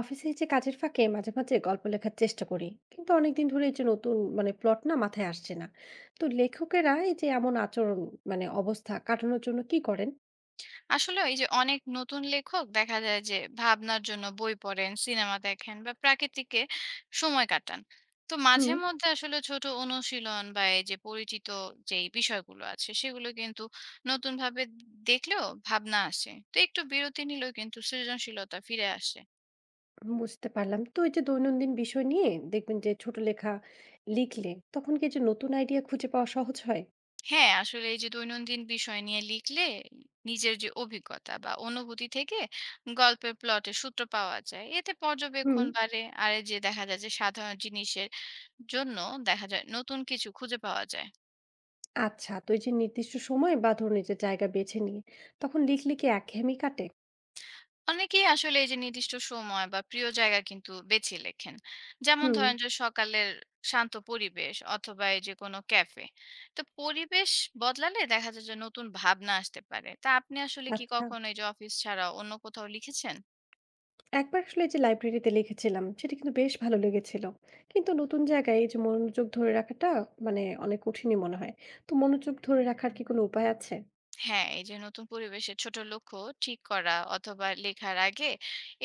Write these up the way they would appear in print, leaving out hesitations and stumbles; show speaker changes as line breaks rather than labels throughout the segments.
অফিসে যে কাজের ফাঁকে মাঝে মাঝে গল্প লেখার চেষ্টা করি কিন্তু অনেকদিন ধরে এই যে নতুন মানে প্লট না মাথায় আসছে না। তো লেখকেরা এই যে এমন আচরণ মানে অবস্থা কাটানোর জন্য কি করেন?
আসলে এই যে অনেক নতুন লেখক দেখা যায় যে ভাবনার জন্য বই পড়েন, সিনেমা দেখেন বা প্রাকৃতিকে সময় কাটান। তো
হুম,
মাঝে মধ্যে আসলে ছোট অনুশীলন বা এই যে পরিচিত যেই বিষয়গুলো আছে সেগুলো কিন্তু নতুন ভাবে দেখলেও ভাবনা আসে। তো একটু বিরতি নিলেও কিন্তু সৃজনশীলতা ফিরে আসে।
বুঝতে পারলাম। তো এই যে দৈনন্দিন বিষয় নিয়ে দেখবেন যে ছোট লেখা লিখলে তখন কি এই যে নতুন আইডিয়া খুঁজে পাওয়া সহজ হয়?
হ্যাঁ, আসলে এই যে দৈনন্দিন বিষয় নিয়ে লিখলে নিজের যে অভিজ্ঞতা বা অনুভূতি থেকে গল্পের প্লটে সূত্র পাওয়া যায়, এতে
হুম।
পর্যবেক্ষণ বাড়ে। আর এই যে দেখা যায় যে সাধারণ জিনিসের জন্য দেখা যায় নতুন কিছু খুঁজে পাওয়া যায়।
আচ্ছা, তো এই যে নির্দিষ্ট সময় বা ধরুন এই যে জায়গা বেছে নিয়ে তখন লিখলে কি একঘেয়েমি কাটে?
অনেকেই আসলে এই যে নির্দিষ্ট সময় বা প্রিয় জায়গা কিন্তু বেছে লেখেন। যেমন
হুম।
ধরেন যে সকালের শান্ত পরিবেশ অথবা এই যে কোনো ক্যাফে। তো পরিবেশ বদলালে দেখা যায় যে নতুন ভাবনা আসতে পারে। তা আপনি আসলে কি
আচ্ছা,
কখনো এই যে অফিস ছাড়া অন্য কোথাও লিখেছেন?
একবার আসলে এই যে লাইব্রেরিতে লিখেছিলাম সেটা কিন্তু বেশ ভালো লেগেছিল। কিন্তু নতুন জায়গায় এই যে মনোযোগ ধরে রাখাটা মানে অনেক কঠিনই মনে হয়। তো মনোযোগ ধরে রাখার কি কোনো উপায় আছে?
হ্যাঁ, এই যে নতুন পরিবেশে ছোট লক্ষ্য ঠিক করা অথবা লেখার আগে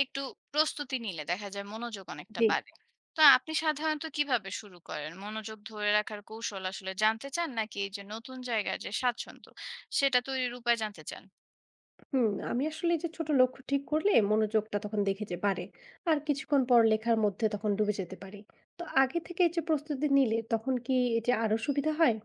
একটু প্রস্তুতি নিলে দেখা যায় মনোযোগ অনেকটা
জি।
বাড়ে। তো আপনি সাধারণত কিভাবে শুরু করেন? মনোযোগ ধরে রাখার কৌশল আসলে জানতে চান নাকি এই যে নতুন জায়গার যে স্বাচ্ছন্দ্য সেটা তৈরির উপায় জানতে চান?
হুম, আমি আসলে এই যে ছোট লক্ষ্য ঠিক করলে মনোযোগটা তখন দেখে যে বাড়ে আর কিছুক্ষণ পর লেখার মধ্যে তখন ডুবে যেতে পারি। তো আগে থেকে এই যে প্রস্তুতি নিলে তখন কি এই যে আরো সুবিধা হয়?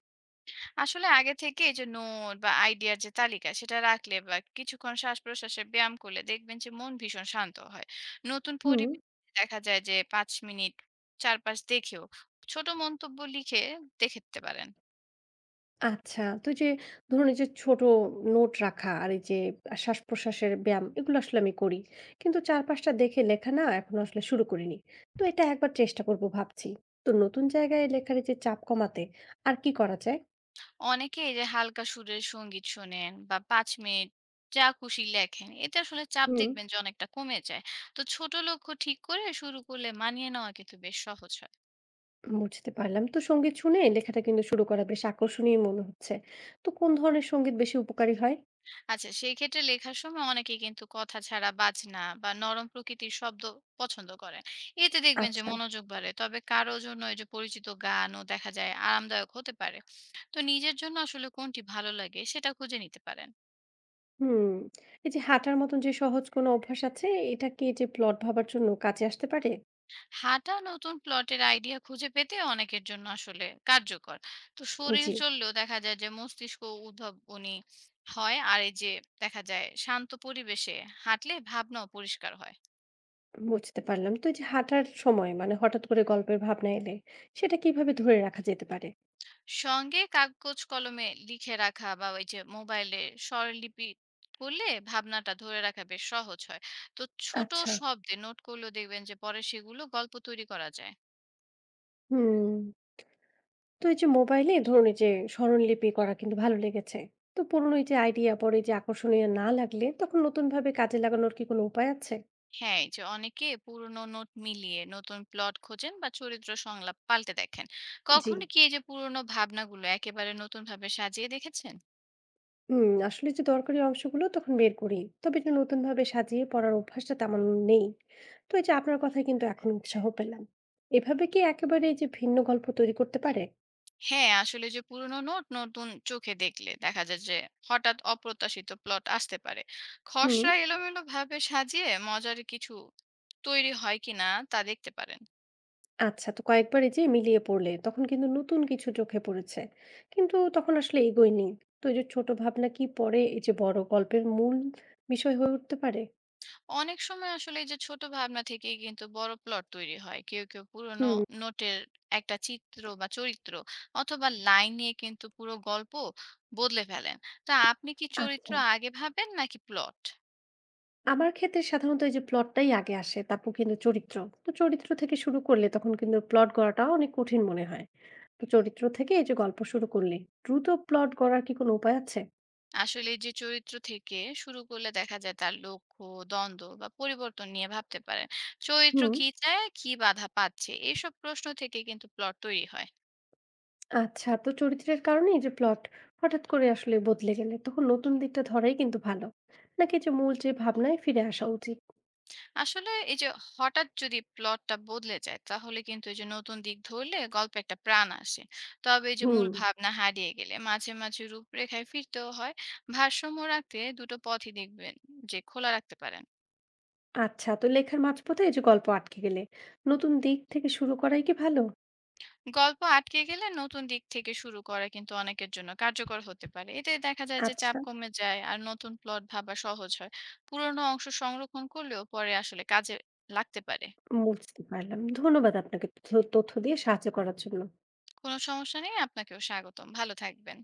আসলে আগে থেকে এই যে নোট বা আইডিয়ার যে তালিকা সেটা রাখলে বা কিছুক্ষণ শ্বাস প্রশ্বাসে ব্যায়াম করলে দেখবেন যে মন ভীষণ শান্ত হয়। নতুন
হুম।
পরিবেশ দেখা যায় যে 5 মিনিট চারপাশ দেখেও ছোট মন্তব্য লিখে দেখতে পারেন।
আচ্ছা। তো এই যে ধরুন এই যে ছোট নোট রাখা আর এই যে শ্বাসপ্রশ্বাসের ব্যায়াম এগুলো আসলে আমি করি। কিন্তু ৪-৫ টা দেখে লেখা না এখনো আসলে শুরু করিনি। তো এটা একবার চেষ্টা করব ভাবছি। তো নতুন জায়গায় লেখার এই যে চাপ কমাতে আর কি করা যায়?
অনেকে এই যে হালকা সুরে সঙ্গীত শোনেন বা 5 মিনিট যা খুশি লেখেন, এতে আসলে চাপ
হুম।
দেখবেন যে অনেকটা কমে যায়। তো ছোট লক্ষ্য ঠিক করে শুরু করলে মানিয়ে নেওয়া কিন্তু বেশ সহজ হয়।
বুঝতে পারলাম। তো সঙ্গীত শুনে লেখাটা কিন্তু শুরু করা বেশ আকর্ষণীয় মনে হচ্ছে। তো কোন ধরনের সঙ্গীত বেশি উপকারী হয়?
আচ্ছা, সেই ক্ষেত্রে লেখার সময় অনেকেই কিন্তু কথা ছাড়া বাজনা বা নরম প্রকৃতির শব্দ পছন্দ করেন। এতে দেখবেন যে
আচ্ছা।
মনোযোগ বাড়ে। তবে কারো জন্য এই যে পরিচিত গানও দেখা যায় আরামদায়ক হতে পারে। তো নিজের জন্য আসলে কোনটি ভালো লাগে সেটা খুঁজে নিতে পারেন।
হুম। এই যে হাঁটার মতন যে সহজ কোনো অভ্যাস আছে, এটা কি এই যে প্লট ভাবার জন্য কাজে আসতে পারে?
হাঁটা নতুন প্লটের আইডিয়া খুঁজে পেতে অনেকের জন্য আসলে কার্যকর। তো শরীর
জি।
চললেও দেখা যায় যে মস্তিষ্ক উদ্ভাবনী হয়। আর এই যে দেখা যায় শান্ত পরিবেশে হাঁটলে ভাবনাও পরিষ্কার হয়।
বুঝতে পারলাম। তো এই যে হাঁটার সময় মানে হঠাৎ করে গল্পের ভাবনা এলে সেটা কিভাবে ধরে রাখা যেতে পারে?
সঙ্গে কাগজ কলমে লিখে রাখা বা ওই যে মোবাইলে স্বরলিপি করলে ভাবনাটা ধরে রাখা বেশ সহজ হয়। তো ছোট
আচ্ছা।
শব্দে নোট করলেও দেখবেন যে পরে সেগুলো গল্প তৈরি করা যায়।
হুম। তো এই যে মোবাইলে ধরুন এই যে স্মরণলিপি করা কিন্তু ভালো লেগেছে। তো পুরনো এই যে আইডিয়া পরে যে আকর্ষণীয় না লাগলে তখন নতুন ভাবে কাজে লাগানোর কি কোনো উপায় আছে?
হ্যাঁ, এই যে অনেকে পুরনো নোট মিলিয়ে নতুন প্লট খোঁজেন বা চরিত্র সংলাপ পাল্টে দেখেন।
জি।
কখনো কি এই যে পুরনো ভাবনাগুলো একেবারে নতুন ভাবে সাজিয়ে দেখেছেন?
হুম, আসলে যে দরকারি অংশগুলো তখন বের করি। তবে যে নতুন ভাবে সাজিয়ে পড়ার অভ্যাসটা তেমন নেই। তো এই যে আপনার কথায় কিন্তু এখন উৎসাহ পেলাম। এভাবে কি একেবারে এই যে ভিন্ন গল্প তৈরি করতে পারে?
হ্যাঁ, আসলে যে পুরনো নোট নতুন চোখে দেখলে দেখা যায় যে হঠাৎ অপ্রত্যাশিত প্লট আসতে পারে।
হুম।
খসড়া এলোমেলোভাবে সাজিয়ে মজার কিছু তৈরি হয় কিনা তা দেখতে পারেন।
আচ্ছা, তো কয়েকবার এই যে মিলিয়ে পড়লে তখন কিন্তু নতুন কিছু চোখে পড়েছে কিন্তু তখন আসলে এগোয়নি। তো এই যে ছোট ভাবনা কি পরে এই যে বড় গল্পের মূল বিষয় হয়ে উঠতে পারে?
অনেক সময় আসলে এই যে ছোট ভাবনা থেকেই কিন্তু বড় প্লট তৈরি হয়। কেউ কেউ পুরনো
হুম।
নোটের একটা চিত্র বা চরিত্র অথবা লাইন নিয়ে কিন্তু পুরো গল্প বদলে ফেলেন। তা আপনি কি চরিত্র
আচ্ছা,
আগে ভাবেন নাকি প্লট?
আমার ক্ষেত্রে সাধারণত এই যে প্লটটাই আগে আসে তারপর কিন্তু চরিত্র। তো চরিত্র থেকে শুরু করলে তখন কিন্তু প্লট গড়াটা অনেক কঠিন মনে হয়। তো চরিত্র থেকে এই যে গল্প শুরু করলে দ্রুত প্লট গড়ার কি কোনো উপায় আছে?
আসলে এই যে চরিত্র থেকে শুরু করলে দেখা যায় তার লক্ষ্য, দ্বন্দ্ব বা পরিবর্তন নিয়ে ভাবতে পারেন। চরিত্র
হুম।
কি চায়, কি বাধা পাচ্ছে, এইসব প্রশ্ন থেকে কিন্তু প্লট তৈরি হয়।
আচ্ছা, তো চরিত্রের কারণে এই যে প্লট হঠাৎ করে আসলে বদলে গেলে তখন নতুন দিকটা ধরাই কিন্তু ভালো। নাকি যে মূল যে ভাবনায় ফিরে আসা উচিত?
আসলে এই যে হঠাৎ যদি প্লটটা বদলে যায় তাহলে কিন্তু এই যে নতুন দিক ধরলে গল্পে একটা প্রাণ আসে। তবে এই যে মূল
হুম।
ভাবনা হারিয়ে গেলে মাঝে মাঝে রূপরেখায় ফিরতেও হয়। ভারসাম্য রাখতে দুটো পথই দেখবেন যে খোলা রাখতে পারেন।
আচ্ছা, তো লেখার মাঝপথে এই যে গল্প আটকে গেলে নতুন দিক থেকে শুরু করাই কি ভালো?
গল্প আটকে গেলে নতুন দিক থেকে শুরু করা কিন্তু অনেকের জন্য কার্যকর হতে পারে। এতে দেখা যায় যে চাপ
আচ্ছা,
কমে যায় আর নতুন প্লট ভাবা সহজ হয়। পুরনো অংশ সংরক্ষণ করলেও পরে আসলে কাজে লাগতে পারে।
বুঝতে পারলাম। ধন্যবাদ আপনাকে তথ্য তথ্য দিয়ে সাহায্য করার জন্য।
কোনো সমস্যা নেই, আপনাকেও স্বাগতম। ভালো থাকবেন।